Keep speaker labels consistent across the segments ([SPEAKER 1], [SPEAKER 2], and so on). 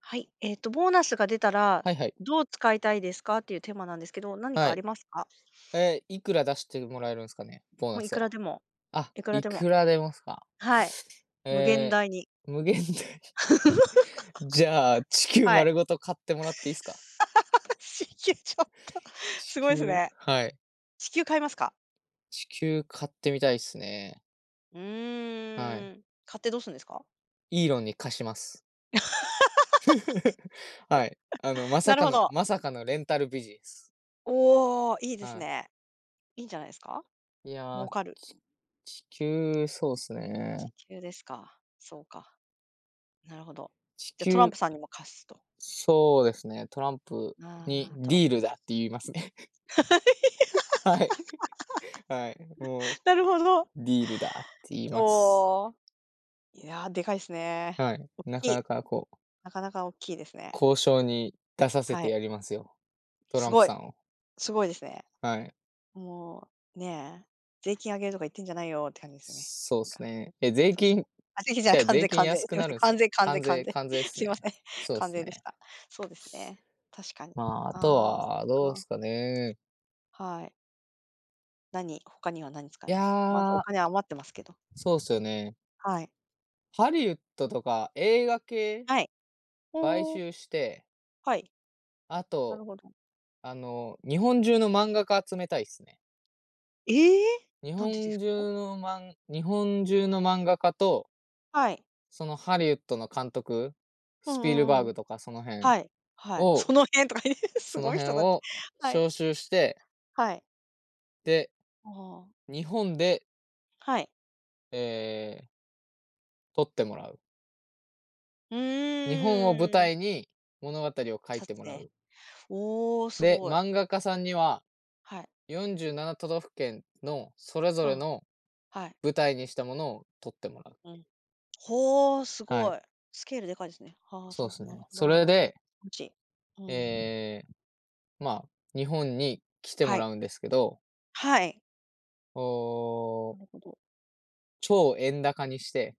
[SPEAKER 1] はい、ボーナスが出たら、
[SPEAKER 2] はいはい。
[SPEAKER 1] どう使いたいですかっていうテーマなんですけど、何か
[SPEAKER 2] は
[SPEAKER 1] あり
[SPEAKER 2] い。
[SPEAKER 1] ますか？
[SPEAKER 2] いくら出してもらえるんですかね？ボー
[SPEAKER 1] も
[SPEAKER 2] ナ
[SPEAKER 1] うい
[SPEAKER 2] ス
[SPEAKER 1] くら
[SPEAKER 2] は。
[SPEAKER 1] でも
[SPEAKER 2] あ、
[SPEAKER 1] いくら
[SPEAKER 2] い
[SPEAKER 1] でも、
[SPEAKER 2] くら出ますか。
[SPEAKER 1] はい。無限
[SPEAKER 2] え
[SPEAKER 1] 大に。
[SPEAKER 2] 無限大。じゃあ、地球
[SPEAKER 1] はい。
[SPEAKER 2] 丸ごと買ってもらっていいですか？
[SPEAKER 1] 支給ちょっと
[SPEAKER 2] 地
[SPEAKER 1] すごいです
[SPEAKER 2] 球、
[SPEAKER 1] ね。
[SPEAKER 2] はい。
[SPEAKER 1] 支給買いますか？
[SPEAKER 2] 地球買ってみたいっすね。
[SPEAKER 1] う
[SPEAKER 2] はい。
[SPEAKER 1] ーん、買ってどうするんですか？
[SPEAKER 2] イーロンに貸します。はい。あの、ま
[SPEAKER 1] な
[SPEAKER 2] さ
[SPEAKER 1] る
[SPEAKER 2] か
[SPEAKER 1] ほ
[SPEAKER 2] の
[SPEAKER 1] ど。
[SPEAKER 2] まさかのレンタルビジネス。
[SPEAKER 1] おー、いいです
[SPEAKER 2] はい。
[SPEAKER 1] ね。いいんじゃないですか？
[SPEAKER 2] いや
[SPEAKER 1] 儲
[SPEAKER 2] ー、
[SPEAKER 1] かる。
[SPEAKER 2] ち地球、そうっすね。
[SPEAKER 1] 支給ですか。そうか、なるほど。
[SPEAKER 2] 地
[SPEAKER 1] じゃ、トラン
[SPEAKER 2] 球、
[SPEAKER 1] プさんにも貸すと。
[SPEAKER 2] そうですね、トランプに
[SPEAKER 1] あー、ト
[SPEAKER 2] デ
[SPEAKER 1] ランプ
[SPEAKER 2] ィー
[SPEAKER 1] にも
[SPEAKER 2] ルだっ
[SPEAKER 1] 貸
[SPEAKER 2] て
[SPEAKER 1] す。
[SPEAKER 2] 言いますね。はい。はい。もう、
[SPEAKER 1] なるほど。
[SPEAKER 2] ディールだって言います。
[SPEAKER 1] おお。いやー、でかいですね。
[SPEAKER 2] はい。
[SPEAKER 1] 大
[SPEAKER 2] な
[SPEAKER 1] き
[SPEAKER 2] かな
[SPEAKER 1] い。
[SPEAKER 2] かこう、
[SPEAKER 1] なかなか大きいですね。
[SPEAKER 2] 交渉に出させ
[SPEAKER 1] は
[SPEAKER 2] て
[SPEAKER 1] い。
[SPEAKER 2] やりますよ。トラ
[SPEAKER 1] す
[SPEAKER 2] ンプ
[SPEAKER 1] ごい、
[SPEAKER 2] さんを。
[SPEAKER 1] すごいですね。
[SPEAKER 2] はい。
[SPEAKER 1] もう、ねえ、税金上げるとか言ってんじゃないよって感じですよね。
[SPEAKER 2] そうっ
[SPEAKER 1] なんか、
[SPEAKER 2] すね。え、税
[SPEAKER 1] そうです
[SPEAKER 2] 金、
[SPEAKER 1] あ、税金じゃな
[SPEAKER 2] じ
[SPEAKER 1] い、
[SPEAKER 2] ゃあ、
[SPEAKER 1] 関
[SPEAKER 2] 税
[SPEAKER 1] 税
[SPEAKER 2] 金
[SPEAKER 1] 関税。
[SPEAKER 2] 安
[SPEAKER 1] す
[SPEAKER 2] く
[SPEAKER 1] いま
[SPEAKER 2] な
[SPEAKER 1] せん、
[SPEAKER 2] るんす
[SPEAKER 1] 関
[SPEAKER 2] よ。
[SPEAKER 1] 税関税
[SPEAKER 2] 関
[SPEAKER 1] 関
[SPEAKER 2] 税
[SPEAKER 1] 税。
[SPEAKER 2] 関税っ す
[SPEAKER 1] す
[SPEAKER 2] ね。
[SPEAKER 1] いません、
[SPEAKER 2] そうっ
[SPEAKER 1] 関
[SPEAKER 2] す
[SPEAKER 1] 税でし
[SPEAKER 2] ね。
[SPEAKER 1] た。そうですね、確かに。
[SPEAKER 2] まあ、あと
[SPEAKER 1] ああ、そっ
[SPEAKER 2] はどう
[SPEAKER 1] か。
[SPEAKER 2] すかね。
[SPEAKER 1] はい。他には何使
[SPEAKER 2] い
[SPEAKER 1] いますか？まだお
[SPEAKER 2] や、
[SPEAKER 1] 金余ってますけど。
[SPEAKER 2] そうっすよね。
[SPEAKER 1] はい。
[SPEAKER 2] ハリウッドとか映画系
[SPEAKER 1] はい。
[SPEAKER 2] 買
[SPEAKER 1] おお、
[SPEAKER 2] 収して、
[SPEAKER 1] はい、
[SPEAKER 2] あ
[SPEAKER 1] なる
[SPEAKER 2] と、
[SPEAKER 1] ほど。
[SPEAKER 2] あの、日本中の漫画家集めたいっすね。
[SPEAKER 1] ええ
[SPEAKER 2] 日
[SPEAKER 1] ー！なんでです
[SPEAKER 2] 本
[SPEAKER 1] か？
[SPEAKER 2] 中のま日本中の漫画家と、
[SPEAKER 1] はい。
[SPEAKER 2] そのハリウッドの監督、
[SPEAKER 1] うん
[SPEAKER 2] ス
[SPEAKER 1] う
[SPEAKER 2] ピルバ
[SPEAKER 1] ん
[SPEAKER 2] ー
[SPEAKER 1] うん。
[SPEAKER 2] グとかその辺
[SPEAKER 1] はい、はい。そ
[SPEAKER 2] を
[SPEAKER 1] の辺とか す
[SPEAKER 2] その
[SPEAKER 1] ごい
[SPEAKER 2] 辺
[SPEAKER 1] 人たち。
[SPEAKER 2] を
[SPEAKER 1] はい。
[SPEAKER 2] 招集して、
[SPEAKER 1] はい。
[SPEAKER 2] で、
[SPEAKER 1] あ、
[SPEAKER 2] 日本で、
[SPEAKER 1] はい。
[SPEAKER 2] ええ、撮ってもらう。
[SPEAKER 1] う
[SPEAKER 2] 日本を舞
[SPEAKER 1] ーん。
[SPEAKER 2] 台に物語を書い
[SPEAKER 1] 撮
[SPEAKER 2] てもら
[SPEAKER 1] 影。
[SPEAKER 2] う。
[SPEAKER 1] おお、す
[SPEAKER 2] で、
[SPEAKER 1] ごい。
[SPEAKER 2] 漫画家さんには
[SPEAKER 1] はい。
[SPEAKER 2] 47都道府県のそれぞ
[SPEAKER 1] う
[SPEAKER 2] れ
[SPEAKER 1] ん、
[SPEAKER 2] の
[SPEAKER 1] はい。
[SPEAKER 2] 舞台にしたものを撮ってもらう。
[SPEAKER 1] うん。ほお、す
[SPEAKER 2] は
[SPEAKER 1] ご
[SPEAKER 2] い、
[SPEAKER 1] い。スケールでかいですね。はあ、
[SPEAKER 2] そうで
[SPEAKER 1] そう、
[SPEAKER 2] す
[SPEAKER 1] なる
[SPEAKER 2] ね。
[SPEAKER 1] ほど
[SPEAKER 2] そ
[SPEAKER 1] なる
[SPEAKER 2] れ
[SPEAKER 1] ほど。
[SPEAKER 2] で、
[SPEAKER 1] 気持ちいい。うん。
[SPEAKER 2] ええ、まあ、日本に来て
[SPEAKER 1] は
[SPEAKER 2] もら
[SPEAKER 1] い。
[SPEAKER 2] うんですけど、
[SPEAKER 1] はい。
[SPEAKER 2] お
[SPEAKER 1] な
[SPEAKER 2] ー
[SPEAKER 1] るほど。
[SPEAKER 2] 超円高にして、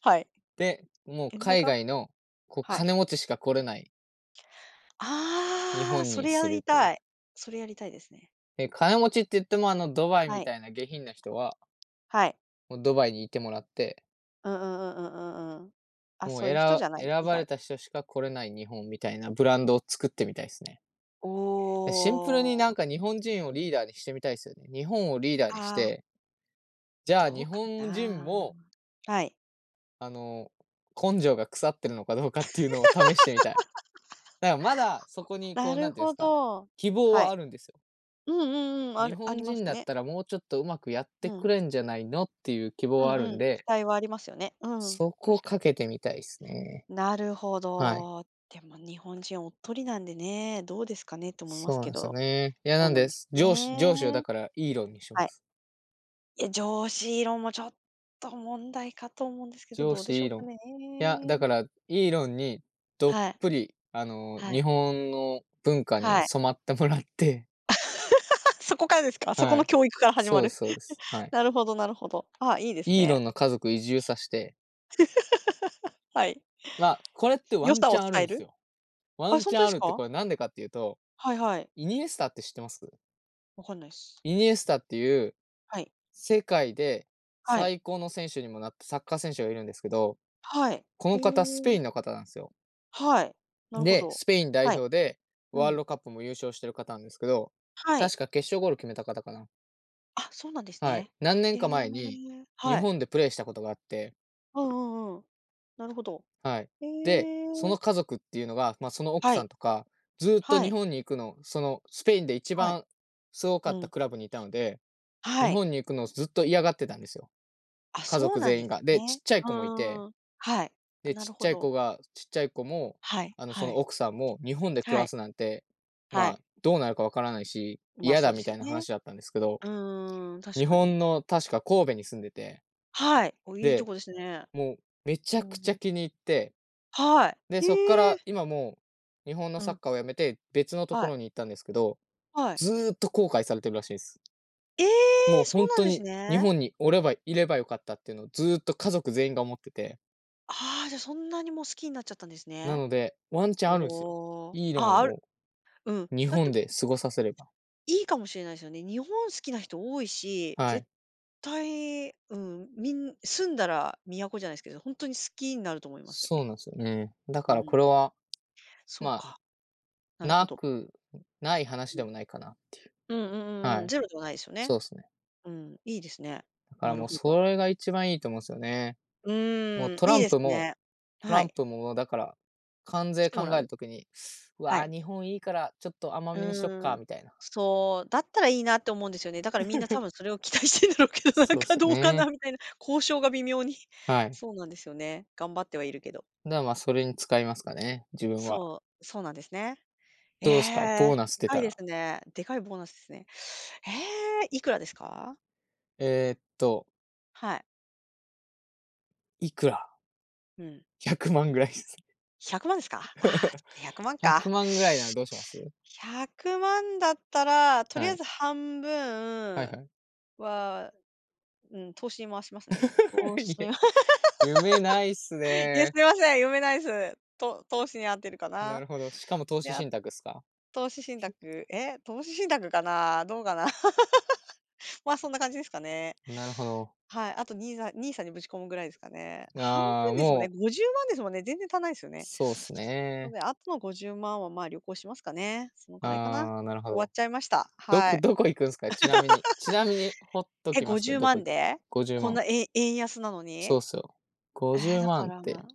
[SPEAKER 1] はい。
[SPEAKER 2] で、もう
[SPEAKER 1] 円
[SPEAKER 2] 海
[SPEAKER 1] 高。
[SPEAKER 2] 外の、こう、
[SPEAKER 1] はい。
[SPEAKER 2] 金持ちしか来れない日
[SPEAKER 1] ああ、
[SPEAKER 2] 本
[SPEAKER 1] そ
[SPEAKER 2] に
[SPEAKER 1] れや
[SPEAKER 2] す
[SPEAKER 1] り
[SPEAKER 2] るとい
[SPEAKER 1] た
[SPEAKER 2] う。
[SPEAKER 1] い。それやりたいですね。
[SPEAKER 2] で、金持ちって言っても、あの、ドバイ
[SPEAKER 1] は
[SPEAKER 2] み
[SPEAKER 1] い、
[SPEAKER 2] たいな下品な人は、
[SPEAKER 1] はい。
[SPEAKER 2] もうドバイにいてもらって、
[SPEAKER 1] うんうんうんうんうんうん。あ、
[SPEAKER 2] もう、
[SPEAKER 1] そういう人じゃない、
[SPEAKER 2] 選
[SPEAKER 1] 以
[SPEAKER 2] ばれ
[SPEAKER 1] 外。
[SPEAKER 2] た人しか来れない日本みたいなブランドを作ってみたいですね。
[SPEAKER 1] お
[SPEAKER 2] で、シンプルになん
[SPEAKER 1] お。
[SPEAKER 2] か日本人をリーダーにしてみたいですよね。日本をリーダーにし
[SPEAKER 1] あ
[SPEAKER 2] て、
[SPEAKER 1] あ、
[SPEAKER 2] じゃあ
[SPEAKER 1] どう
[SPEAKER 2] 日
[SPEAKER 1] か
[SPEAKER 2] 本人
[SPEAKER 1] な。
[SPEAKER 2] も、
[SPEAKER 1] はい。
[SPEAKER 2] あの、根性が腐ってるのかどうかっていうのを試してみたい。だからまだそこにこ
[SPEAKER 1] な
[SPEAKER 2] う、な
[SPEAKER 1] る
[SPEAKER 2] んていうんで
[SPEAKER 1] ほ
[SPEAKER 2] すか、
[SPEAKER 1] ど。
[SPEAKER 2] 希望
[SPEAKER 1] は
[SPEAKER 2] は
[SPEAKER 1] い。
[SPEAKER 2] あるんですよ。
[SPEAKER 1] うんうんうん、あ
[SPEAKER 2] 日
[SPEAKER 1] るあり
[SPEAKER 2] 本
[SPEAKER 1] ます
[SPEAKER 2] 人だっ
[SPEAKER 1] ね。
[SPEAKER 2] たらもうちょっとうまくやって
[SPEAKER 1] うん。
[SPEAKER 2] くれんじゃないのっていう希望
[SPEAKER 1] うん
[SPEAKER 2] はある
[SPEAKER 1] う
[SPEAKER 2] ん
[SPEAKER 1] ん。期
[SPEAKER 2] で、
[SPEAKER 1] 待はありますよね。うん。
[SPEAKER 2] そこ
[SPEAKER 1] 確か
[SPEAKER 2] か
[SPEAKER 1] に。
[SPEAKER 2] けてみたいですね。
[SPEAKER 1] なるほ
[SPEAKER 2] はい。
[SPEAKER 1] ど。でも日本人おっとりなんでね、どうですかねって思いま
[SPEAKER 2] そ
[SPEAKER 1] す
[SPEAKER 2] うな
[SPEAKER 1] け
[SPEAKER 2] んですよ
[SPEAKER 1] ど。
[SPEAKER 2] ね。いや、
[SPEAKER 1] そ
[SPEAKER 2] な
[SPEAKER 1] う
[SPEAKER 2] ん
[SPEAKER 1] なん
[SPEAKER 2] で、
[SPEAKER 1] です
[SPEAKER 2] す上司上司を
[SPEAKER 1] ね。
[SPEAKER 2] だからイーロンにし
[SPEAKER 1] は
[SPEAKER 2] ま
[SPEAKER 1] い。
[SPEAKER 2] す。
[SPEAKER 1] いや、上司論もちょっと問題かと思うんですけど、
[SPEAKER 2] 上
[SPEAKER 1] どうで
[SPEAKER 2] 司
[SPEAKER 1] しょ
[SPEAKER 2] イ
[SPEAKER 1] う
[SPEAKER 2] ーロン。
[SPEAKER 1] か
[SPEAKER 2] い
[SPEAKER 1] ね。
[SPEAKER 2] や、だからイーロンにどっ
[SPEAKER 1] はい、
[SPEAKER 2] ぷり、あの、
[SPEAKER 1] はい、
[SPEAKER 2] 日本の文化
[SPEAKER 1] は
[SPEAKER 2] に
[SPEAKER 1] い。
[SPEAKER 2] 染まってもらって、
[SPEAKER 1] そこからですか？そこ
[SPEAKER 2] は
[SPEAKER 1] の
[SPEAKER 2] い。
[SPEAKER 1] 教育から始ま
[SPEAKER 2] そうです
[SPEAKER 1] る？
[SPEAKER 2] そうです。はい。
[SPEAKER 1] なるほどなるほど。あ、いいです
[SPEAKER 2] イーロ
[SPEAKER 1] ね。
[SPEAKER 2] ンの家族移住させて、
[SPEAKER 1] はい。
[SPEAKER 2] まあ、これってワ
[SPEAKER 1] 良
[SPEAKER 2] ン
[SPEAKER 1] さ
[SPEAKER 2] チ
[SPEAKER 1] を
[SPEAKER 2] ャンある
[SPEAKER 1] 伝え
[SPEAKER 2] んです
[SPEAKER 1] る？
[SPEAKER 2] よ。ワ
[SPEAKER 1] あ、
[SPEAKER 2] ン
[SPEAKER 1] そん
[SPEAKER 2] チャ
[SPEAKER 1] と
[SPEAKER 2] ン
[SPEAKER 1] で
[SPEAKER 2] あ
[SPEAKER 1] す
[SPEAKER 2] るって
[SPEAKER 1] か？
[SPEAKER 2] これなんでかっていうと、
[SPEAKER 1] はいはい。
[SPEAKER 2] イニエスタって知ってます？
[SPEAKER 1] わかんないっす。
[SPEAKER 2] イニエスタっていう、
[SPEAKER 1] はい。
[SPEAKER 2] 世界で
[SPEAKER 1] はい。
[SPEAKER 2] 最高の選手にもなったサッカー選手がいるんですけど、
[SPEAKER 1] はい。
[SPEAKER 2] こ
[SPEAKER 1] へ
[SPEAKER 2] の方スペ
[SPEAKER 1] え、
[SPEAKER 2] インの方なんですよ。
[SPEAKER 1] はい。なるほ
[SPEAKER 2] で、
[SPEAKER 1] ど。
[SPEAKER 2] スペイン代
[SPEAKER 1] はい。
[SPEAKER 2] 表で
[SPEAKER 1] う
[SPEAKER 2] ワール
[SPEAKER 1] ん。
[SPEAKER 2] ドカップも優勝してる方なんですけど、
[SPEAKER 1] はい。
[SPEAKER 2] 確か決勝ゴール決めた方かな。
[SPEAKER 1] あ、そうなんです
[SPEAKER 2] はい。
[SPEAKER 1] ね。
[SPEAKER 2] 何
[SPEAKER 1] へ
[SPEAKER 2] 年
[SPEAKER 1] え、
[SPEAKER 2] か前に、日
[SPEAKER 1] はい。
[SPEAKER 2] 本でプレーしたことがあって、
[SPEAKER 1] うんうんうん。なるほど。
[SPEAKER 2] はい。
[SPEAKER 1] へ
[SPEAKER 2] で、そ
[SPEAKER 1] え。
[SPEAKER 2] の家族っていうのが、まあ、その奥
[SPEAKER 1] は
[SPEAKER 2] さ
[SPEAKER 1] い。
[SPEAKER 2] んとか、ずーっと
[SPEAKER 1] は
[SPEAKER 2] 日
[SPEAKER 1] い。
[SPEAKER 2] 本に行くの、そのスペインで一
[SPEAKER 1] はい。
[SPEAKER 2] 番すごか
[SPEAKER 1] う
[SPEAKER 2] った
[SPEAKER 1] ん。
[SPEAKER 2] クラブにいたので日
[SPEAKER 1] はい。
[SPEAKER 2] 本に行くのをずっと嫌がってたんですよ。
[SPEAKER 1] あ、
[SPEAKER 2] 家
[SPEAKER 1] そう
[SPEAKER 2] 族
[SPEAKER 1] なん
[SPEAKER 2] 全
[SPEAKER 1] で
[SPEAKER 2] 員
[SPEAKER 1] す
[SPEAKER 2] が。で、ち
[SPEAKER 1] ね。
[SPEAKER 2] っちゃい
[SPEAKER 1] う
[SPEAKER 2] 子もい
[SPEAKER 1] んうん
[SPEAKER 2] て、
[SPEAKER 1] うん。はい。
[SPEAKER 2] で、
[SPEAKER 1] なるほど。
[SPEAKER 2] ちっちゃい子も、
[SPEAKER 1] はい、
[SPEAKER 2] あの、そ
[SPEAKER 1] は
[SPEAKER 2] の
[SPEAKER 1] い。
[SPEAKER 2] 奥さんも、日本で暮
[SPEAKER 1] は
[SPEAKER 2] ら
[SPEAKER 1] い、
[SPEAKER 2] すなんて、
[SPEAKER 1] は
[SPEAKER 2] まあ、
[SPEAKER 1] い。
[SPEAKER 2] どうなるかわからないし、
[SPEAKER 1] まあ、
[SPEAKER 2] 嫌
[SPEAKER 1] そ
[SPEAKER 2] だ
[SPEAKER 1] うで
[SPEAKER 2] み
[SPEAKER 1] す
[SPEAKER 2] た
[SPEAKER 1] よ
[SPEAKER 2] いな
[SPEAKER 1] ね。
[SPEAKER 2] 話だったんですけど、
[SPEAKER 1] うーん、確
[SPEAKER 2] 日
[SPEAKER 1] かに。
[SPEAKER 2] 本の確か神戸に住んでて、
[SPEAKER 1] はい。お、いいと
[SPEAKER 2] で、
[SPEAKER 1] こですね。
[SPEAKER 2] もうめち
[SPEAKER 1] う
[SPEAKER 2] ゃくちゃ
[SPEAKER 1] ん。
[SPEAKER 2] 気に入って、
[SPEAKER 1] は
[SPEAKER 2] で、
[SPEAKER 1] い。
[SPEAKER 2] そっか
[SPEAKER 1] へえ。
[SPEAKER 2] ら今もう日本の
[SPEAKER 1] う
[SPEAKER 2] サッ
[SPEAKER 1] ん。
[SPEAKER 2] カーをやめて別のと
[SPEAKER 1] は
[SPEAKER 2] こ
[SPEAKER 1] い。
[SPEAKER 2] ろに行ったんですけど、
[SPEAKER 1] はい。
[SPEAKER 2] ずーっと後悔されてるらしいです。
[SPEAKER 1] え
[SPEAKER 2] も
[SPEAKER 1] え、
[SPEAKER 2] う
[SPEAKER 1] そう
[SPEAKER 2] 本
[SPEAKER 1] なん
[SPEAKER 2] 当
[SPEAKER 1] です
[SPEAKER 2] に日
[SPEAKER 1] ね。
[SPEAKER 2] 本におればいればよかったっていうのをずーっと家族全員が思ってて、
[SPEAKER 1] ああ、じゃ、そんなにもう好きになっちゃったんです
[SPEAKER 2] な
[SPEAKER 1] ね。
[SPEAKER 2] ので、ワンチャ
[SPEAKER 1] お
[SPEAKER 2] ンあるんですよ。
[SPEAKER 1] お。
[SPEAKER 2] イーロ
[SPEAKER 1] あ
[SPEAKER 2] ン
[SPEAKER 1] あ、ある、
[SPEAKER 2] を
[SPEAKER 1] うん。
[SPEAKER 2] 日
[SPEAKER 1] だって、
[SPEAKER 2] 本で過ごさせれば。
[SPEAKER 1] いいかもしれないですよね。日本好きな人多いし、
[SPEAKER 2] は
[SPEAKER 1] 絶
[SPEAKER 2] い。
[SPEAKER 1] 対、うん、みん住んだら都じゃないですけど、ほんとに好きになると思いますよ
[SPEAKER 2] そう
[SPEAKER 1] ね。
[SPEAKER 2] なんですよね。だ
[SPEAKER 1] う
[SPEAKER 2] から
[SPEAKER 1] ん。
[SPEAKER 2] これは、
[SPEAKER 1] そう
[SPEAKER 2] まあ、
[SPEAKER 1] か、なるほ
[SPEAKER 2] な
[SPEAKER 1] ど。
[SPEAKER 2] く、ない話
[SPEAKER 1] うん。
[SPEAKER 2] でもないかな。
[SPEAKER 1] うんうんうん
[SPEAKER 2] は
[SPEAKER 1] うん。
[SPEAKER 2] い。
[SPEAKER 1] ゼロではないですよね。
[SPEAKER 2] そうですね。
[SPEAKER 1] うん、いいですね。
[SPEAKER 2] だか
[SPEAKER 1] な
[SPEAKER 2] ら
[SPEAKER 1] る
[SPEAKER 2] もう
[SPEAKER 1] ほど。
[SPEAKER 2] それが一番いいと思うんですよね。
[SPEAKER 1] う
[SPEAKER 2] もう
[SPEAKER 1] ー
[SPEAKER 2] ト
[SPEAKER 1] ん、い
[SPEAKER 2] ラ
[SPEAKER 1] い
[SPEAKER 2] ン
[SPEAKER 1] です
[SPEAKER 2] プも
[SPEAKER 1] ね。はい。
[SPEAKER 2] だから、関
[SPEAKER 1] 来
[SPEAKER 2] 税
[SPEAKER 1] て
[SPEAKER 2] 考
[SPEAKER 1] もら
[SPEAKER 2] える
[SPEAKER 1] う？
[SPEAKER 2] ときに、う
[SPEAKER 1] は
[SPEAKER 2] わー、
[SPEAKER 1] い。
[SPEAKER 2] 日本いいからちょっと甘
[SPEAKER 1] う
[SPEAKER 2] めにしとく
[SPEAKER 1] ー
[SPEAKER 2] か
[SPEAKER 1] ん。
[SPEAKER 2] みたいな。
[SPEAKER 1] そう、だったらいいなって思うんですよね。だからみんな多分それを期待してんだろうけど、なん
[SPEAKER 2] そうっ
[SPEAKER 1] か
[SPEAKER 2] す
[SPEAKER 1] どうかな
[SPEAKER 2] ね。
[SPEAKER 1] みたいな、交渉が微妙に。
[SPEAKER 2] はい。
[SPEAKER 1] そうなんですよね。頑張ってはいるけど。
[SPEAKER 2] だからまあ、それに使いますかね、自分は。
[SPEAKER 1] そう、そうなんですね。え
[SPEAKER 2] どうですか、
[SPEAKER 1] え、
[SPEAKER 2] ボーナス
[SPEAKER 1] で
[SPEAKER 2] 出
[SPEAKER 1] か
[SPEAKER 2] た
[SPEAKER 1] いで
[SPEAKER 2] ら。
[SPEAKER 1] すね。でかいボーナスですね。ええ、いくらですか？
[SPEAKER 2] えーっと、
[SPEAKER 1] はい。
[SPEAKER 2] いくら？
[SPEAKER 1] うん。
[SPEAKER 2] 100万ぐらいです。
[SPEAKER 1] 100万ですか？ああ、そっか、100万
[SPEAKER 2] 100
[SPEAKER 1] か。
[SPEAKER 2] 万ぐらいならどうします？
[SPEAKER 1] 100万だったら、とり
[SPEAKER 2] は
[SPEAKER 1] あえず
[SPEAKER 2] い。
[SPEAKER 1] 半
[SPEAKER 2] はい
[SPEAKER 1] 分
[SPEAKER 2] はい。
[SPEAKER 1] は、うん、投資に回しますね。投 資
[SPEAKER 2] いえ、
[SPEAKER 1] は
[SPEAKER 2] 夢ないっす
[SPEAKER 1] いや、す
[SPEAKER 2] ね。
[SPEAKER 1] いません、読めないです。と 投資に合ってるか
[SPEAKER 2] な
[SPEAKER 1] な。
[SPEAKER 2] るほど。しかも投
[SPEAKER 1] で、
[SPEAKER 2] 資
[SPEAKER 1] あ、
[SPEAKER 2] 信託っすか？
[SPEAKER 1] 投資信託、投資信託かな、どうかな。まあ、そんな感じですかね。
[SPEAKER 2] なるほど。
[SPEAKER 1] はい、あとニーん NIS にぶち込むぐらいですかね。半
[SPEAKER 2] ああ、
[SPEAKER 1] 分ですもんね、
[SPEAKER 2] もう、
[SPEAKER 1] 50万ですもんね、全然足んないですよね。
[SPEAKER 2] そうっす
[SPEAKER 1] なの
[SPEAKER 2] ね。
[SPEAKER 1] で、あとの50万は、まあ、旅行しますかね。そのくらいかな。
[SPEAKER 2] ああ、なるほ
[SPEAKER 1] 終わっ
[SPEAKER 2] ど。
[SPEAKER 1] ちゃいました。はい。
[SPEAKER 2] どこ行くんすかちなみに。ほっと
[SPEAKER 1] え、
[SPEAKER 2] きますけ
[SPEAKER 1] 50
[SPEAKER 2] ど、どこ
[SPEAKER 1] 万
[SPEAKER 2] 行く？
[SPEAKER 1] で？
[SPEAKER 2] 50
[SPEAKER 1] こん
[SPEAKER 2] 万。
[SPEAKER 1] な、円安なのに？え
[SPEAKER 2] そうっすよ。50
[SPEAKER 1] え、だか
[SPEAKER 2] 万っ
[SPEAKER 1] ら、
[SPEAKER 2] て、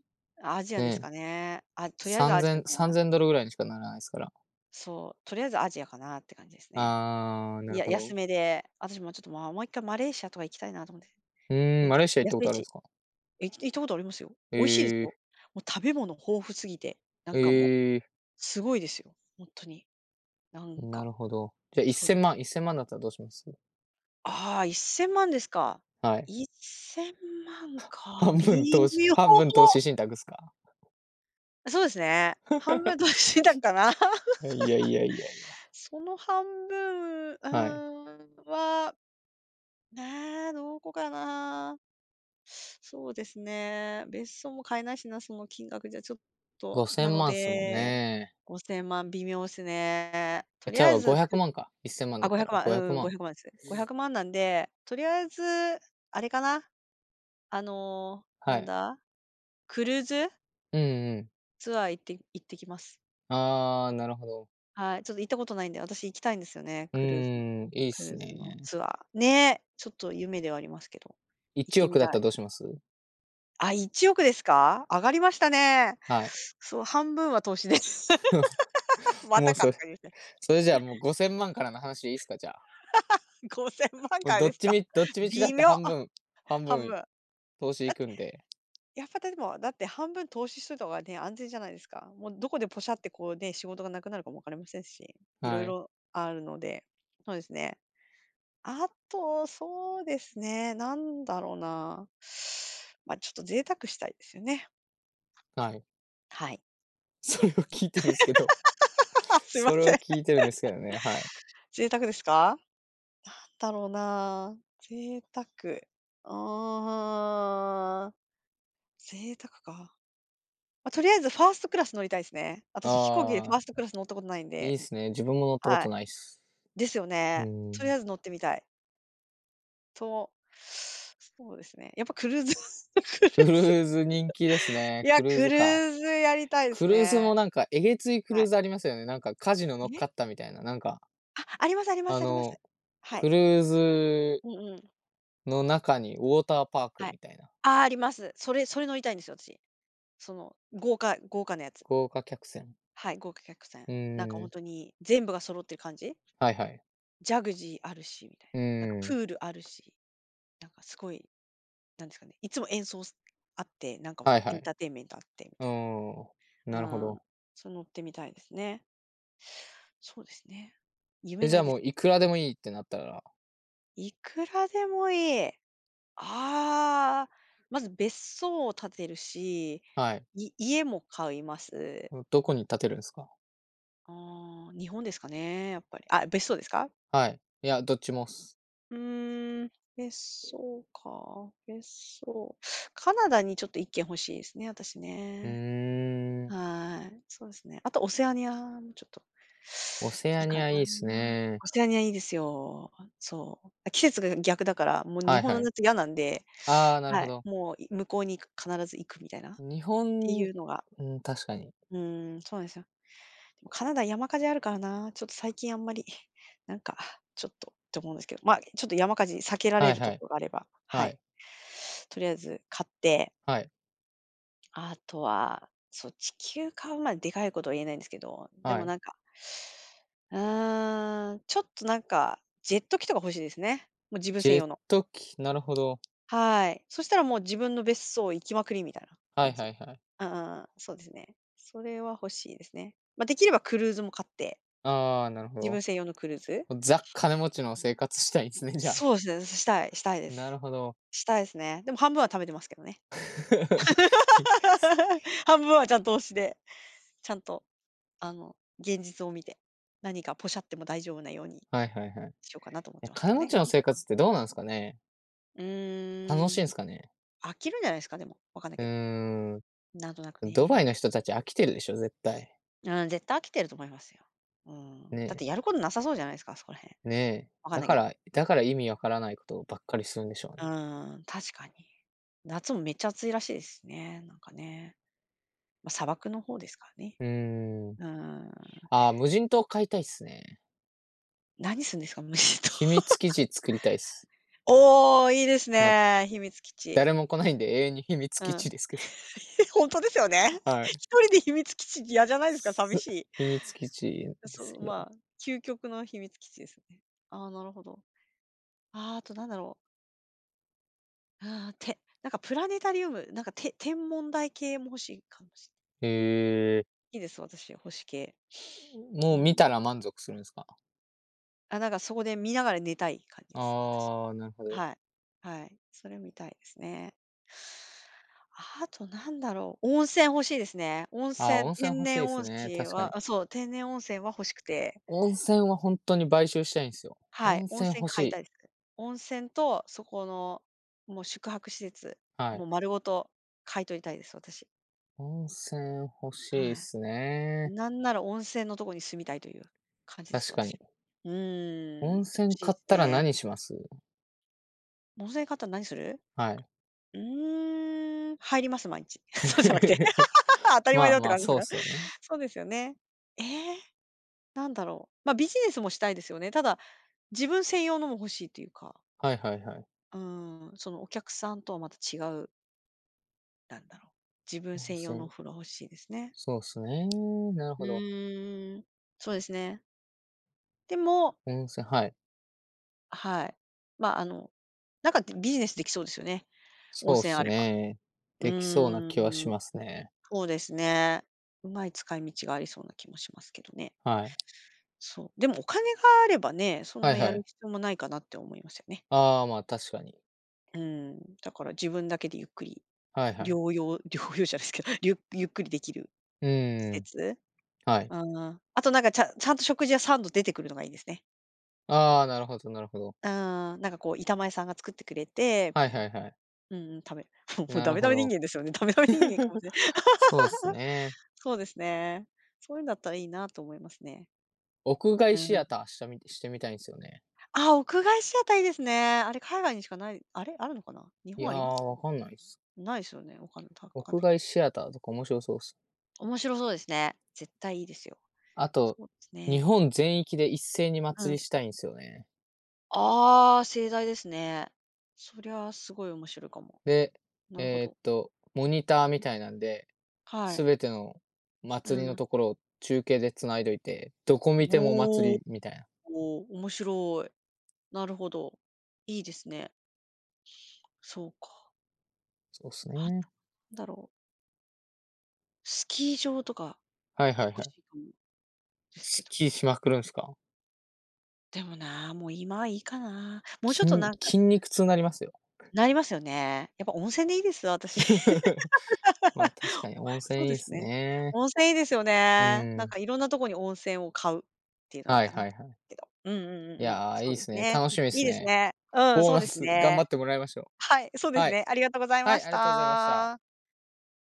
[SPEAKER 1] アジアです
[SPEAKER 2] ね、
[SPEAKER 1] かね。あ、とりあえずアジア
[SPEAKER 2] 3000、
[SPEAKER 1] か
[SPEAKER 2] さん
[SPEAKER 1] な。
[SPEAKER 2] ぜんドルぐらいにしかならないですから。
[SPEAKER 1] そう、とりあえずアジアかなって感じですね。
[SPEAKER 2] ああ、な
[SPEAKER 1] い
[SPEAKER 2] る
[SPEAKER 1] や、
[SPEAKER 2] ほ
[SPEAKER 1] 安
[SPEAKER 2] ど。
[SPEAKER 1] めで、私もちょっと、まあ、もう一回マレーシアとか行きたいなと思って
[SPEAKER 2] うーん、
[SPEAKER 1] るんで
[SPEAKER 2] マ
[SPEAKER 1] す。
[SPEAKER 2] レーシア行っ
[SPEAKER 1] 安
[SPEAKER 2] たこ
[SPEAKER 1] い
[SPEAKER 2] とあるんで
[SPEAKER 1] し、
[SPEAKER 2] すか？
[SPEAKER 1] え、行ったことありますよ。
[SPEAKER 2] え
[SPEAKER 1] 美味しいですよ。
[SPEAKER 2] えー、
[SPEAKER 1] もう食べ物豊富すぎて、なんかもう
[SPEAKER 2] ええ、
[SPEAKER 1] すごいですよ、本当に。なん
[SPEAKER 2] な
[SPEAKER 1] か、
[SPEAKER 2] るほど。じゃあ
[SPEAKER 1] そうで
[SPEAKER 2] 1000
[SPEAKER 1] す。
[SPEAKER 2] 万、1 0万だったらどうします？
[SPEAKER 1] ああ、1000万ですか。
[SPEAKER 2] はい。
[SPEAKER 1] 1000万か、
[SPEAKER 2] 半
[SPEAKER 1] 微
[SPEAKER 2] 分投資
[SPEAKER 1] 妙。
[SPEAKER 2] 半分投 資信託っすか？
[SPEAKER 1] そうですね。半分どうしてた かな。
[SPEAKER 2] いやいやいやいや、
[SPEAKER 1] その半分、う
[SPEAKER 2] はい。
[SPEAKER 1] ーん、は、ねえ、どこかな。そうですね。別荘も買えないしな、その金額じゃちょっと、な
[SPEAKER 2] 5000
[SPEAKER 1] の
[SPEAKER 2] 万っすもん
[SPEAKER 1] で、
[SPEAKER 2] ね。
[SPEAKER 1] 5000万微妙ですね。とり
[SPEAKER 2] じゃ、
[SPEAKER 1] あ
[SPEAKER 2] う
[SPEAKER 1] え
[SPEAKER 2] わ、
[SPEAKER 1] ず、
[SPEAKER 2] 500万か。1000万だった
[SPEAKER 1] 500
[SPEAKER 2] ら
[SPEAKER 1] 万、
[SPEAKER 2] 500
[SPEAKER 1] うん、
[SPEAKER 2] 万。
[SPEAKER 1] 500万です。500万なんで、とりあえず、あれかな、
[SPEAKER 2] は
[SPEAKER 1] なん
[SPEAKER 2] い。
[SPEAKER 1] だ、クルーズ
[SPEAKER 2] うんうん。
[SPEAKER 1] ツアー行ってきます。
[SPEAKER 2] ああ、なるほど。
[SPEAKER 1] はい、ちょっと行ったことないんで、私行きたいんですよね、
[SPEAKER 2] う
[SPEAKER 1] クルーズ
[SPEAKER 2] ーん、いいっ
[SPEAKER 1] クル
[SPEAKER 2] す
[SPEAKER 1] ーズの
[SPEAKER 2] ね。
[SPEAKER 1] ツアー。ねえ、ちょっと夢ではありますけど、行っ
[SPEAKER 2] 1
[SPEAKER 1] てみ
[SPEAKER 2] 億だっ
[SPEAKER 1] た
[SPEAKER 2] たら
[SPEAKER 1] い。
[SPEAKER 2] どうします？
[SPEAKER 1] あ、1億ですか？上がりましたね。
[SPEAKER 2] はい。
[SPEAKER 1] そう、半分は投資です。ま
[SPEAKER 2] もう
[SPEAKER 1] たかって感じですね。
[SPEAKER 2] それじゃあもう5000万からの話でいいっすか？じゃあ。
[SPEAKER 1] 5000万
[SPEAKER 2] もう
[SPEAKER 1] からですか？
[SPEAKER 2] どっちみちだ
[SPEAKER 1] 微
[SPEAKER 2] って
[SPEAKER 1] 妙。
[SPEAKER 2] 半
[SPEAKER 1] 半
[SPEAKER 2] 分
[SPEAKER 1] 分。
[SPEAKER 2] 投資
[SPEAKER 1] だっ
[SPEAKER 2] 行
[SPEAKER 1] て、
[SPEAKER 2] くんで。
[SPEAKER 1] やっぱでも、だって半分投資しといた方がね、安全じゃないですか。もうどこでポシャってこうね、仕事がなくなるかもわかりませんし、
[SPEAKER 2] は
[SPEAKER 1] 色
[SPEAKER 2] い、
[SPEAKER 1] 々あるので。そうですね。あと、そうですね、なんだろうな。まあ、ちょっと贅沢したいですよね。
[SPEAKER 2] はい。
[SPEAKER 1] はい。
[SPEAKER 2] それを聞いてるんですけど
[SPEAKER 1] すいま
[SPEAKER 2] それ
[SPEAKER 1] せ
[SPEAKER 2] を
[SPEAKER 1] ん。
[SPEAKER 2] 聞いてるんですけどね、はい。
[SPEAKER 1] 贅沢ですか？だろうな。贅沢。ああ、贅沢か。ま、とりあえずファーストクラス乗りたいすね。私飛行機でフ
[SPEAKER 2] あ
[SPEAKER 1] ァ
[SPEAKER 2] あ、
[SPEAKER 1] ーストクラス乗ったことないん
[SPEAKER 2] いい
[SPEAKER 1] で。
[SPEAKER 2] っすね。自分も乗ったこ
[SPEAKER 1] はい。
[SPEAKER 2] とないっす。
[SPEAKER 1] ですよ
[SPEAKER 2] うー
[SPEAKER 1] ね。とりあ
[SPEAKER 2] ん。
[SPEAKER 1] えず乗ってみたい。と、そうですね。やっぱクルーズ クル
[SPEAKER 2] クル
[SPEAKER 1] ーズ。
[SPEAKER 2] ーズ人気です
[SPEAKER 1] い
[SPEAKER 2] ね。
[SPEAKER 1] や、
[SPEAKER 2] クルー
[SPEAKER 1] ク
[SPEAKER 2] ズ
[SPEAKER 1] ル
[SPEAKER 2] か。
[SPEAKER 1] ーズやりたいで
[SPEAKER 2] ク
[SPEAKER 1] す
[SPEAKER 2] ルーズ
[SPEAKER 1] ね。
[SPEAKER 2] もなんか、えげついクル
[SPEAKER 1] は
[SPEAKER 2] ー
[SPEAKER 1] い。
[SPEAKER 2] ズありますよね。なんかカジノ乗
[SPEAKER 1] え？
[SPEAKER 2] っかったみたいな、なんか、
[SPEAKER 1] あ、ありますありま
[SPEAKER 2] あ
[SPEAKER 1] すあります。
[SPEAKER 2] の、
[SPEAKER 1] はい。
[SPEAKER 2] クルーズ
[SPEAKER 1] うんうん。
[SPEAKER 2] の中にウォーターパーク
[SPEAKER 1] はい。
[SPEAKER 2] みたいな、
[SPEAKER 1] ああ、あります。それ乗りたいんですよ、私。その豪華豪華なやつ。
[SPEAKER 2] 豪華客船。
[SPEAKER 1] はい、豪華客船。
[SPEAKER 2] う
[SPEAKER 1] なんか
[SPEAKER 2] ー
[SPEAKER 1] 本
[SPEAKER 2] ん、
[SPEAKER 1] 当に全部が揃ってる感じ。
[SPEAKER 2] はいはい。
[SPEAKER 1] ジャグジーあるしみたいな。
[SPEAKER 2] う
[SPEAKER 1] なんか
[SPEAKER 2] ー
[SPEAKER 1] プ
[SPEAKER 2] ん、
[SPEAKER 1] ールあるし、なんかすごい、なんですかね、いつも演奏すあって、なんか
[SPEAKER 2] はい
[SPEAKER 1] エ
[SPEAKER 2] は
[SPEAKER 1] ン
[SPEAKER 2] い。
[SPEAKER 1] ターテインメントあってみ
[SPEAKER 2] う
[SPEAKER 1] たい
[SPEAKER 2] ーん、なるほ
[SPEAKER 1] な。うん、
[SPEAKER 2] ど。
[SPEAKER 1] そう乗ってみたいですね。そうですね。夢
[SPEAKER 2] え、
[SPEAKER 1] な
[SPEAKER 2] じゃ
[SPEAKER 1] い
[SPEAKER 2] あ
[SPEAKER 1] です。
[SPEAKER 2] もういくらでもいいってなったら、
[SPEAKER 1] いくらでもいい。ああ、まず別荘を建てるし、
[SPEAKER 2] はい、
[SPEAKER 1] 家も買います。
[SPEAKER 2] どこに建てるんすか？
[SPEAKER 1] ああ、日本ですかね、やっぱり。あ、別荘ですか？
[SPEAKER 2] はい、いや、どっちもっす。
[SPEAKER 1] うーん、別荘か、別荘。カナダにちょっと一軒欲しいですね、私
[SPEAKER 2] うー
[SPEAKER 1] ね。
[SPEAKER 2] ん、
[SPEAKER 1] はい、そうですね。あとオセアニアもちょっと
[SPEAKER 2] オセ
[SPEAKER 1] い
[SPEAKER 2] ア
[SPEAKER 1] い
[SPEAKER 2] ニ
[SPEAKER 1] かな。
[SPEAKER 2] アいいっすね。
[SPEAKER 1] オセアニアいいですよ。そう。あ、季節が逆だから、もう日
[SPEAKER 2] はい
[SPEAKER 1] 本の
[SPEAKER 2] はい。
[SPEAKER 1] 夏嫌なんで、
[SPEAKER 2] ああ、なる
[SPEAKER 1] は
[SPEAKER 2] ほ
[SPEAKER 1] い、
[SPEAKER 2] ど。
[SPEAKER 1] もう、向こうに必ず行くみたいなっ
[SPEAKER 2] 日
[SPEAKER 1] て
[SPEAKER 2] 本、う
[SPEAKER 1] いうのが、
[SPEAKER 2] ーん、確かに。
[SPEAKER 1] うーん、そうなんですよ。でもカナダ山火事あるからな、ちょっと最近あんまり、なんか、ちょっとって思うんですけど、まあ、ちょっと山火事避けられ
[SPEAKER 2] はい
[SPEAKER 1] ると
[SPEAKER 2] は
[SPEAKER 1] こ
[SPEAKER 2] い。
[SPEAKER 1] ろがあれば、は
[SPEAKER 2] は
[SPEAKER 1] い。
[SPEAKER 2] い。
[SPEAKER 1] とりあえず買って、
[SPEAKER 2] はい。
[SPEAKER 1] あとは、そう、地球買うまででかいことは言えないんですけど、で
[SPEAKER 2] は
[SPEAKER 1] も
[SPEAKER 2] い。
[SPEAKER 1] なんか、うーん、ちょっとなんか、ジェット機とか欲しいですね。もう自分
[SPEAKER 2] ジ
[SPEAKER 1] 専
[SPEAKER 2] ェ
[SPEAKER 1] 用
[SPEAKER 2] ッ
[SPEAKER 1] の。
[SPEAKER 2] ト機、なるほど。
[SPEAKER 1] はい。そしたらもう自分の別荘行きまくりみたいな
[SPEAKER 2] は
[SPEAKER 1] 感
[SPEAKER 2] いは
[SPEAKER 1] じ。
[SPEAKER 2] いはい。
[SPEAKER 1] うんうんうん、そうですね。それは欲しいですね。まあ、できればクルーズも買って
[SPEAKER 2] ああ、なるほ
[SPEAKER 1] 自分
[SPEAKER 2] ど。
[SPEAKER 1] 専用のクルーズ？
[SPEAKER 2] もうザ金持ちの生活したいんですね、じゃあ。
[SPEAKER 1] そうですね、したいしたいで
[SPEAKER 2] な
[SPEAKER 1] す。
[SPEAKER 2] るほど。
[SPEAKER 1] したいですね。でも半分は貯めてますけどね。
[SPEAKER 2] いす
[SPEAKER 1] 半分はちゃんと投資で、ちゃんと、あの、現実を見て、何かポシャっても大丈夫なように
[SPEAKER 2] はいはいはい。
[SPEAKER 1] しようかなと思っ
[SPEAKER 2] え、
[SPEAKER 1] てますけ
[SPEAKER 2] 金
[SPEAKER 1] ど
[SPEAKER 2] 持
[SPEAKER 1] ね。
[SPEAKER 2] ちの生活ってどうなんすかね？
[SPEAKER 1] う
[SPEAKER 2] 楽し
[SPEAKER 1] ー
[SPEAKER 2] い
[SPEAKER 1] ん、
[SPEAKER 2] んすかね？
[SPEAKER 1] 飽きるんじゃないですか、でも、わかんない
[SPEAKER 2] う
[SPEAKER 1] けど。
[SPEAKER 2] ーん、
[SPEAKER 1] なんとなく
[SPEAKER 2] ド
[SPEAKER 1] ね。
[SPEAKER 2] バイの人たち飽きてるでしょ、絶対。
[SPEAKER 1] うん、絶対飽きてると思いますよ。うん、だって
[SPEAKER 2] ね。
[SPEAKER 1] やることなさそうじゃないですか、そこら辺。
[SPEAKER 2] ねえ。
[SPEAKER 1] わかんないけど。
[SPEAKER 2] だから意味わからないことばっかりするんでしょう
[SPEAKER 1] う
[SPEAKER 2] ね。
[SPEAKER 1] ん、確かに。夏もめっちゃ暑いらしいですね、なんかね。まあ、砂漠の方ですからね。
[SPEAKER 2] うーん。
[SPEAKER 1] うん。
[SPEAKER 2] ああ、無人島買いたいっすね。
[SPEAKER 1] 何するんですか？虫と。
[SPEAKER 2] 秘 密基地作りたいっす。
[SPEAKER 1] おお、いいです
[SPEAKER 2] まあ、
[SPEAKER 1] ね。秘密基地。
[SPEAKER 2] 誰も来ないんで永遠に秘密
[SPEAKER 1] う
[SPEAKER 2] 基
[SPEAKER 1] ん。
[SPEAKER 2] 地ですけど。
[SPEAKER 1] 本当ですよね。
[SPEAKER 2] はい。
[SPEAKER 1] 一人で秘密基地嫌じゃないですか？寂
[SPEAKER 2] す
[SPEAKER 1] しい。
[SPEAKER 2] 秘密基地で
[SPEAKER 1] そ
[SPEAKER 2] す
[SPEAKER 1] う、
[SPEAKER 2] け
[SPEAKER 1] ま
[SPEAKER 2] ど。
[SPEAKER 1] あ、究極の秘密基地ですね。ああ、なるほど。ああ、あとなんだろう。ああ、なんかプラネタリウム、なんか、天文台系も欲しいかもしれな
[SPEAKER 2] へえ。
[SPEAKER 1] いいいです、私、星系。う
[SPEAKER 2] もう見
[SPEAKER 1] ん。
[SPEAKER 2] たら満足するんですか？
[SPEAKER 1] あ、なんかそこで見ながら寝たい感じです、私。
[SPEAKER 2] ああ、なるほど。
[SPEAKER 1] はい。はい。それ見たいですね。あとなんだろう、温泉欲しいですね。温
[SPEAKER 2] ああ、
[SPEAKER 1] 泉、
[SPEAKER 2] 温泉
[SPEAKER 1] 天
[SPEAKER 2] 欲しい
[SPEAKER 1] 然
[SPEAKER 2] です
[SPEAKER 1] 温
[SPEAKER 2] ね、
[SPEAKER 1] 泉
[SPEAKER 2] 確かに。
[SPEAKER 1] はあ、そう、天然温泉は欲しくて、
[SPEAKER 2] 温泉は本当に買収したいんですよ。
[SPEAKER 1] はい、
[SPEAKER 2] 温
[SPEAKER 1] 温
[SPEAKER 2] 泉
[SPEAKER 1] 泉
[SPEAKER 2] 欲し
[SPEAKER 1] 買いた
[SPEAKER 2] い。
[SPEAKER 1] いです。温泉とそこの、もう宿泊施設、
[SPEAKER 2] は
[SPEAKER 1] も
[SPEAKER 2] い。
[SPEAKER 1] う丸ごと買い取りたいです、私。
[SPEAKER 2] 温泉欲しい
[SPEAKER 1] は
[SPEAKER 2] っ
[SPEAKER 1] い。
[SPEAKER 2] すね。
[SPEAKER 1] なんなら温泉のとこに住みたいという感じです、
[SPEAKER 2] 確か
[SPEAKER 1] 私
[SPEAKER 2] に。
[SPEAKER 1] は。うーん、
[SPEAKER 2] 温
[SPEAKER 1] 欲
[SPEAKER 2] 泉
[SPEAKER 1] しい
[SPEAKER 2] 買
[SPEAKER 1] で
[SPEAKER 2] っ
[SPEAKER 1] す
[SPEAKER 2] たら
[SPEAKER 1] ね。
[SPEAKER 2] 何します？
[SPEAKER 1] 温泉買ったら何する？
[SPEAKER 2] はい。
[SPEAKER 1] うーん、入ります、毎日。そうじゃなくて、当たり前
[SPEAKER 2] まあ
[SPEAKER 1] だって
[SPEAKER 2] まあ、
[SPEAKER 1] 感じです
[SPEAKER 2] そうっ
[SPEAKER 1] が。
[SPEAKER 2] すよね。
[SPEAKER 1] そうですよね。ええ。なんだろう、ま、ビジネスもしたいですよね。ただ、自分専用のも欲しいというか、
[SPEAKER 2] はいはいはい。
[SPEAKER 1] うん、そのお客さんとはまた違う、なんだろう、自分
[SPEAKER 2] 温
[SPEAKER 1] 専用のお
[SPEAKER 2] 泉。
[SPEAKER 1] 風呂欲しいですね。
[SPEAKER 2] そうっすね。なる
[SPEAKER 1] う
[SPEAKER 2] ほど。
[SPEAKER 1] ーん。そうですね。でも、
[SPEAKER 2] 温泉、はい。
[SPEAKER 1] はい。まあ、あの、なんか、ビジネスできそうですよね、温
[SPEAKER 2] そうっ
[SPEAKER 1] 泉
[SPEAKER 2] す
[SPEAKER 1] あれば。
[SPEAKER 2] ね。
[SPEAKER 1] う
[SPEAKER 2] できそうな気は
[SPEAKER 1] ー
[SPEAKER 2] し
[SPEAKER 1] ん、
[SPEAKER 2] ますね。
[SPEAKER 1] そうですね。うまい使い道がありそうな気もしますけどね。
[SPEAKER 2] はい。
[SPEAKER 1] そう、でもお金があればね、そん
[SPEAKER 2] は
[SPEAKER 1] な
[SPEAKER 2] い
[SPEAKER 1] や
[SPEAKER 2] は
[SPEAKER 1] る
[SPEAKER 2] い。
[SPEAKER 1] 必要もないかなって思いますよね。
[SPEAKER 2] ああ、まあ確かに。
[SPEAKER 1] うん、だから自分だけでゆっくり
[SPEAKER 2] はいはい。
[SPEAKER 1] 療養 療養じゃないですけど、ゆっくりできる
[SPEAKER 2] う
[SPEAKER 1] 施
[SPEAKER 2] ーん、
[SPEAKER 1] 設。
[SPEAKER 2] はい。
[SPEAKER 1] ああ、あとなんかちゃんと食事は3度出てくるのがいいですね。
[SPEAKER 2] ああ、なるほどなるほど。
[SPEAKER 1] うん、なんかこう板前さんが作ってくれて、み
[SPEAKER 2] はい
[SPEAKER 1] たい
[SPEAKER 2] は
[SPEAKER 1] な。
[SPEAKER 2] いはい。
[SPEAKER 1] うんうん、食べ もう
[SPEAKER 2] な
[SPEAKER 1] ダ
[SPEAKER 2] る
[SPEAKER 1] メ
[SPEAKER 2] ほ
[SPEAKER 1] ダメ人
[SPEAKER 2] ど。
[SPEAKER 1] 間ですよね。ダメダメ人間かも しれな
[SPEAKER 2] そうっす
[SPEAKER 1] い
[SPEAKER 2] ね。
[SPEAKER 1] そうですね。そういうんだったらいいなと思いますね。
[SPEAKER 2] 屋
[SPEAKER 1] う
[SPEAKER 2] 外シ
[SPEAKER 1] ん。
[SPEAKER 2] アターしてみたいんですよね。
[SPEAKER 1] あ、屋外シアターいいですね。あれ海外にしかないあれ、あるのかな？日
[SPEAKER 2] い
[SPEAKER 1] 本
[SPEAKER 2] や
[SPEAKER 1] あります？
[SPEAKER 2] ー、わかんないっす。
[SPEAKER 1] ないですよね。わかんないわかん
[SPEAKER 2] 屋
[SPEAKER 1] ないけ
[SPEAKER 2] 外
[SPEAKER 1] ど。
[SPEAKER 2] シアターとか面白そうっす。
[SPEAKER 1] 面白そうですね。絶対いいですよ。
[SPEAKER 2] あと、
[SPEAKER 1] そうです
[SPEAKER 2] 日
[SPEAKER 1] ね。
[SPEAKER 2] 本全域で一斉に
[SPEAKER 1] う
[SPEAKER 2] 祭
[SPEAKER 1] ん。
[SPEAKER 2] りしたいんですよね。
[SPEAKER 1] ああ、盛大ですね。そりゃ、すごい面白いかも。
[SPEAKER 2] で、
[SPEAKER 1] なるほど。
[SPEAKER 2] モニターみたいなんで、
[SPEAKER 1] は
[SPEAKER 2] す
[SPEAKER 1] い。
[SPEAKER 2] べての
[SPEAKER 1] う
[SPEAKER 2] 祭りの
[SPEAKER 1] ん。
[SPEAKER 2] ところを中継で繋いどいて、どこ見ても
[SPEAKER 1] お
[SPEAKER 2] 祭
[SPEAKER 1] お、
[SPEAKER 2] りみたいな。
[SPEAKER 1] 面白い。なるほど。いいですね。そうか。
[SPEAKER 2] そうっす
[SPEAKER 1] あ
[SPEAKER 2] ね。
[SPEAKER 1] と、なんだろう。スキー場とか
[SPEAKER 2] はいはい
[SPEAKER 1] 欲
[SPEAKER 2] はい。
[SPEAKER 1] しいかもですけ
[SPEAKER 2] スッ
[SPEAKER 1] ど。
[SPEAKER 2] キリしまくるんすか？
[SPEAKER 1] でもな、もう今はいいかな。もうちょっとなんか
[SPEAKER 2] 筋肉痛になりますよ。
[SPEAKER 1] なりますよね。やっぱ温泉でいいです、私。
[SPEAKER 2] まあ確かに温 泉
[SPEAKER 1] そう
[SPEAKER 2] い
[SPEAKER 1] で
[SPEAKER 2] いっ
[SPEAKER 1] す
[SPEAKER 2] す
[SPEAKER 1] ね。
[SPEAKER 2] ね。
[SPEAKER 1] 温泉いいですよ
[SPEAKER 2] う
[SPEAKER 1] ね。なん
[SPEAKER 2] ん。
[SPEAKER 1] かいろんなとこに温泉を買うっていうのはいい
[SPEAKER 2] はい
[SPEAKER 1] かな
[SPEAKER 2] はい
[SPEAKER 1] と
[SPEAKER 2] はい。
[SPEAKER 1] けど。うんうんうん
[SPEAKER 2] い
[SPEAKER 1] うん。
[SPEAKER 2] やー、い
[SPEAKER 1] そ
[SPEAKER 2] い
[SPEAKER 1] う
[SPEAKER 2] っ
[SPEAKER 1] です
[SPEAKER 2] すね。
[SPEAKER 1] ね。
[SPEAKER 2] 楽しみっ
[SPEAKER 1] いい
[SPEAKER 2] す
[SPEAKER 1] です
[SPEAKER 2] ね。
[SPEAKER 1] ね。うん、
[SPEAKER 2] ボー
[SPEAKER 1] そう
[SPEAKER 2] ナ
[SPEAKER 1] です
[SPEAKER 2] ス頑
[SPEAKER 1] ね。
[SPEAKER 2] 張ってもらいましょ
[SPEAKER 1] はい、そう
[SPEAKER 2] う。
[SPEAKER 1] です
[SPEAKER 2] はい。
[SPEAKER 1] ね。ありがとうござい
[SPEAKER 2] は
[SPEAKER 1] ま
[SPEAKER 2] い、あ
[SPEAKER 1] し
[SPEAKER 2] りがとうございました。
[SPEAKER 1] た。